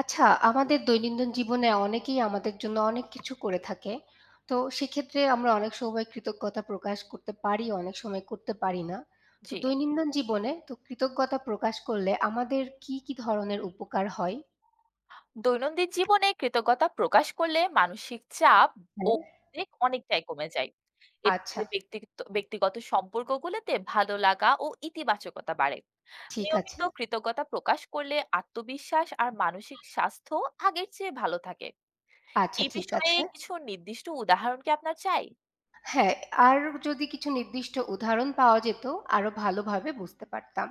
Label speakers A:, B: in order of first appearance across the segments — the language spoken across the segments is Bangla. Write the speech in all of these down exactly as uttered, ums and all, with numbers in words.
A: আচ্ছা, আমাদের দৈনন্দিন জীবনে অনেকেই আমাদের জন্য অনেক কিছু করে থাকে। তো সেক্ষেত্রে আমরা অনেক সময় কৃতজ্ঞতা প্রকাশ করতে পারি, অনেক সময় করতে পারি না। তো
B: জি।
A: দৈনন্দিন জীবনে তো কৃতজ্ঞতা প্রকাশ করলে আমাদের কি, কি ধরনের উপকার হয়?
B: দৈনন্দিন জীবনে কৃতজ্ঞতা প্রকাশ করলে মানসিক চাপ ও
A: হ্যাঁ।
B: উদ্বেগ অনেকটাই কমে যায়। এতে
A: আচ্ছা,
B: করে ব্যক্তিগত ব্যক্তিগত সম্পর্কগুলোতে ভালো লাগা ও ইতিবাচকতা বাড়ে।
A: ঠিক আছে।
B: নিয়মিত কৃতজ্ঞতা প্রকাশ করলে আত্মবিশ্বাস আর মানসিক স্বাস্থ্য আগের চেয়ে ভালো থাকে।
A: আচ্ছা,
B: এই
A: ঠিক
B: বিষয়ে
A: আছে।
B: কিছু নির্দিষ্ট উদাহরণ কি আপনার চাই?
A: হ্যাঁ, আর যদি কিছু নির্দিষ্ট উদাহরণ পাওয়া যেত আরো ভালোভাবে বুঝতে পারতাম।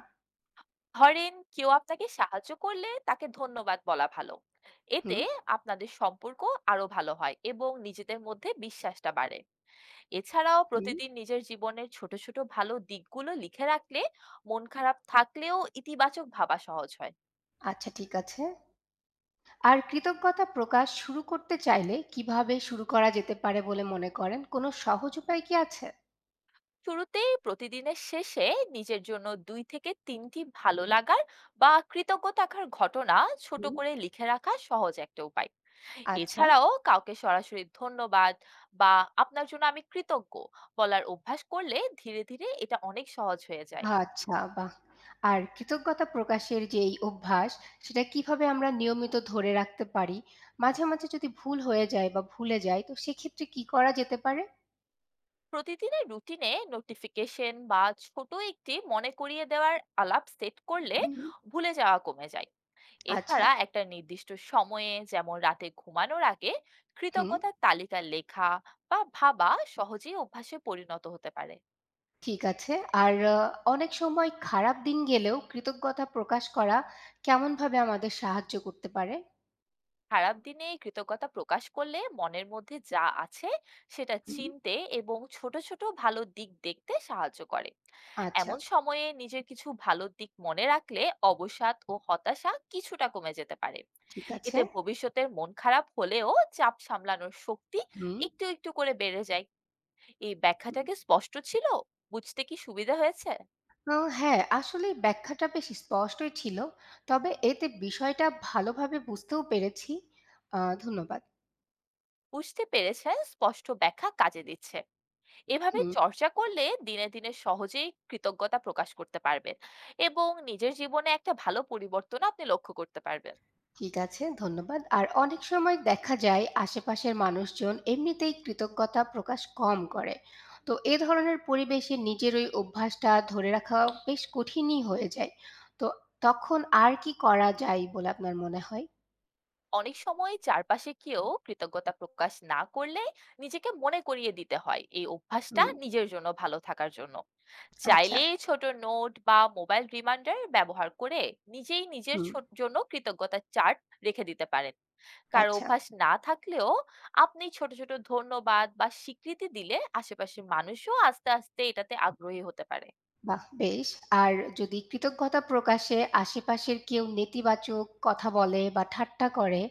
B: ধরেন, কেউ আপনাকে সাহায্য করলে তাকে ধন্যবাদ বলা ভালো।
A: হুম,
B: এতে আপনাদের সম্পর্ক আরো ভালো হয় এবং নিজেদের মধ্যে বিশ্বাসটা বাড়ে। এছাড়াও
A: হুম।
B: প্রতিদিন নিজের জীবনের ছোট ছোট ভালো দিকগুলো লিখে রাখলে মন খারাপ থাকলেও ইতিবাচক ভাবা সহজ হয়।
A: আচ্ছা, ঠিক আছে। আর কৃতজ্ঞতা প্রকাশ শুরু করতে চাইলে কিভাবে শুরু করা যেতে পারে বলে মনে করেন? কোনো সহজ উপায় কি আছে?
B: শুরুতেই প্রতিদিনের শেষে নিজের জন্য দুই থেকে তিনটি ভালো লাগার বা কৃতজ্ঞ থাকার ঘটনা ছোট
A: হুম।
B: করে লিখে রাখা সহজ একটা উপায়।
A: আচ্ছা,
B: এছাড়াও কাউকে সরাসরি ধন্যবাদ বা আপনার জন্য আমি কৃতজ্ঞ বলার অভ্যাস করলে ধীরে ধীরে এটা অনেক সহজ হয়ে যায়।
A: আচ্ছা বাহ! আর কৃতজ্ঞতা প্রকাশের যে এই অভ্যাস, সেটা কিভাবে আমরা নিয়মিত ধরে রাখতে পারি? মাঝে, মাঝে যদি ভুল হয়ে যায় বা ভুলে যাই তো সেক্ষেত্রে কি করা যেতে পারে?
B: প্রতিদিনের রুটিনে নোটিফিকেশন বা ছোট একটি মনে করিয়ে দেওয়ার আলাপ সেট করলে
A: হুম।
B: ভুলে যাওয়া কমে যায়।
A: আচ্ছা,
B: এছাড়া একটা নির্দিষ্ট সময়ে, যেমন রাতে ঘুমানোর আগে,
A: হুম,
B: কৃতজ্ঞতার তালিকা লেখা বা ভাবা সহজেই অভ্যাসে পরিণত হতে পারে।
A: ঠিক আছে। আর আহ, অনেক সময় খারাপ দিন গেলেও কৃতজ্ঞতা প্রকাশ করা কেমনভাবে আমাদের সাহায্য করতে পারে?
B: খারাপ দিনে এই কৃতজ্ঞতা প্রকাশ করলে মনের মধ্যে যা আছে সেটা
A: হুম।
B: চিনতে এবং ছোট ছোট ভালো দিক দেখতে সাহায্য করে।
A: আচ্ছা,
B: এমন সময়ে নিজের কিছু ভালো দিক মনে রাখলে অবসাদ ও হতাশা কিছুটা কমে যেতে পারে।
A: ঠিক আছে।
B: এতে ভবিষ্যতের মন খারাপ হলেও চাপ সামলানোর শক্তি
A: হুম।
B: একটু একটু করে বেড়ে যায়। এই ব্যাখ্যাটাকে স্পষ্ট ছিল, বুঝতে কি সুবিধা হয়েছে?
A: আ হ্যাঁ, আসলে ব্যাখ্যাটা বেশ স্পষ্টই ছিল। তবে এতে বিষয়টা ভালোভাবে বুঝতেও পেরেছি। আ ধন্যবাদ।
B: বুঝতে পেরেছেন, স্পষ্ট ব্যাখ্যা কাজে দিচ্ছে। এভাবে
A: হুম,
B: চর্চা করলে দিনে দিনে সহজেই কৃতজ্ঞতা প্রকাশ করতে পারবেন এবং নিজের জীবনে একটা ভালো পরিবর্তন আপনি লক্ষ্য করতে পারবেন।
A: ঠিক আছে, ধন্যবাদ। আর অনেক সময় দেখা যায় আশেপাশের মানুষজন এমনিতেই কৃতজ্ঞতা প্রকাশ কম করে। তো এ ধরনের পরিবেশে নিজের ওই অভ্যাসটা ধরে রাখা বেশ কঠিনই হয়ে যায়। তো তখন আর কি করা যায় বলে আপনার মনে হয়?
B: অনেক সময় চারপাশে কেউ কৃতজ্ঞতা প্রকাশ না করলে নিজেকে মনে করিয়ে দিতে হয় এই অভ্যাসটা
A: হুম,
B: নিজের জন্য ভালো থাকার জন্য।
A: আচ্ছা,
B: চাইলে ছোট নোট বা মোবাইল রিমাইন্ডার ব্যবহার করে নিজেই নিজের
A: হুম,
B: ছোট জন্য কৃতজ্ঞতা চার্ট রেখে দিতে পারেন। কারো
A: আচ্ছা।
B: অভ্যাস না থাকলেও আপনি ছোট ছোট ধন্যবাদ বা স্বীকৃতি দিলে আশেপাশের মানুষও আস্তে আস্তে এটাতে আগ্রহী হতে পারে।
A: বাহ! বেশ। আর যদি কৃতজ্ঞতা প্রকাশে আশেপাশের কেউ নেতিবাচক কথা বলে বা ঠাট্টা করে,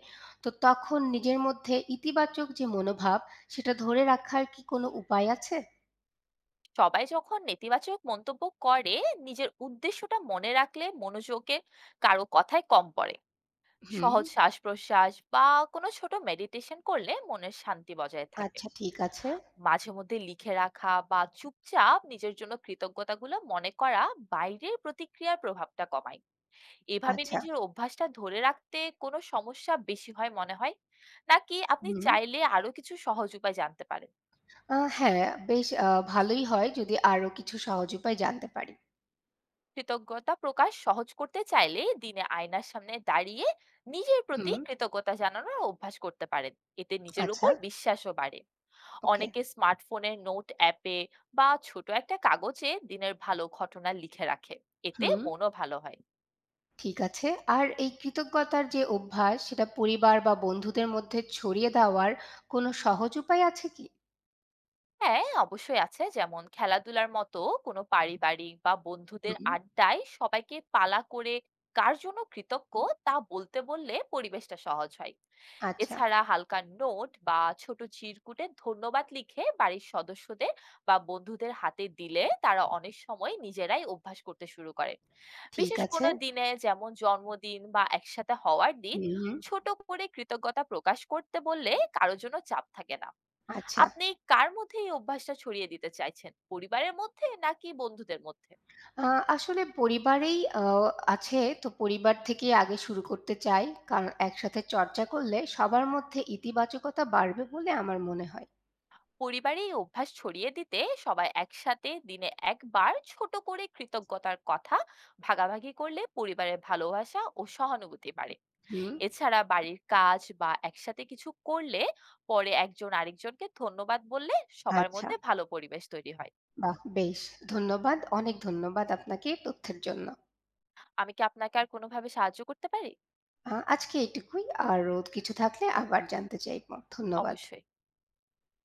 A: তো তখন নিজের মধ্যে ইতিবাচক যে মনোভাব, সেটা ধরে রাখার কি কোনো উপায় আছে?
B: সবাই যখন নেতিবাচক মন্তব্য করে, নিজের উদ্দেশ্যটা মনে রাখলে মনোযোগে কারো কথায় কম পড়ে।
A: হুম,
B: সহজ শ্বাস প্রশ্বাস বা কোনো ছোট মেডিটেশন করলে মনের শান্তি বজায় থাকে।
A: আচ্ছা ঠিক আছে।
B: মাঝে মধ্যে লিখে রাখা বা চুপচাপ নিজের জন্য কৃতজ্ঞতাগুলো মনে করা বাইরের প্রতিক্রিয়ার প্রভাবটা কমায়। এভাবে
A: আচ্ছা,
B: নিজের অভ্যাসটা ধরে রাখতে কোনো সমস্যা বেশি হয় মনে হয়, নাকি আপনি
A: হুম।
B: চাইলে আরো কিছু সহজ উপায় জানতে পারেন?
A: আ হ্যাঁ, বেশ আ ভালোই হয় যদি আরো কিছু সহজ উপায় জানতে পারি।
B: কৃতজ্ঞতা প্রকাশ সহজ করতে চাইলে দিনে আয়নার সামনে দাঁড়িয়ে নিজের প্রতি
A: হুম,
B: কৃতজ্ঞতা জানানোর অভ্যাস করতে পারেন। এতে নিজের
A: আচ্ছা,
B: উপর বিশ্বাসও বাড়ে।
A: ওকে।
B: অনেকে স্মার্টফোনের নোট অ্যাপে বা ছোট একটা কাগজে দিনের ভালো ঘটনা লিখে রাখে, এতে
A: হুম,
B: মনও ভালো হয়।
A: ঠিক আছে। আর এই কৃতজ্ঞতার যে অভ্যাস, সেটা পরিবার বা বন্ধুদের মধ্যে ছড়িয়ে দেওয়ার কোনো সহজ উপায় আছে কি?
B: হ্যাঁ, অবশ্যই আছে। যেমন খেলাধুলার মতো কোনো পারিবারিক বা বন্ধুদের
A: হুম,
B: আড্ডায় সবাইকে পালা করে কার জন্য কৃতজ্ঞ তা বলতে বললে পরিবেশটা সহজ হয়।
A: আচ্ছা।
B: এছাড়া হালকা নোট বা ছোট চিরকুটে ধন্যবাদ লিখে বাড়ির সদস্যদের বা বন্ধুদের হাতে দিলে তারা অনেক সময় নিজেরাই অভ্যাস করতে শুরু করে।
A: ঠিক
B: বিশেষ
A: আছে।
B: কোনো দিনে, যেমন জন্মদিন বা একসাথে হওয়ার দিন,
A: হুম, হুম,
B: ছোট করে কৃতজ্ঞতা প্রকাশ করতে বললে কারো জন্য চাপ থাকে না।
A: আচ্ছা।
B: আপনি কার মধ্যে এই অভ্যাসটা ছড়িয়ে দিতে চাইছেন? পরিবারের মধ্যে নাকি বন্ধুদের মধ্যে?
A: আ আসলে পরিবারেই আ আছে তো পরিবার থেকেই আগে শুরু করতে চাই। কারণ একসাথে চর্চা করলে সবার মধ্যে ইতিবাচকতা বাড়বে বলে আমার মনে হয়।
B: পরিবারে এই অভ্যাস ছড়িয়ে দিতে সবাই একসাথে দিনে এক বার ছোট করে কৃতজ্ঞতার কথা ভাগাভাগি করলে পরিবারের ভালোবাসা ও সহানুভূতি বাড়ে।
A: হুম,
B: এছাড়া বাড়ির কাজ বা একসাথে কিছু করলে পরে একজন আরেকজনকে ধন্যবাদ বললে সবার
A: আচ্ছা।
B: মধ্যে ভালো পরিবেশ তৈরি হয়।
A: বাহ! বেশ। ধন্যবাদ। অনেক ধন্যবাদ আপনাকে তথ্যের জন্য।
B: আমি কি আপনাকে আর কোনোভাবে সাহায্য করতে পারি?
A: আ আজকে এটুকুই। আরো কিছু থাকলে আবার জানতে চাইব। ধন্যবাদ।
B: অবশ্যই।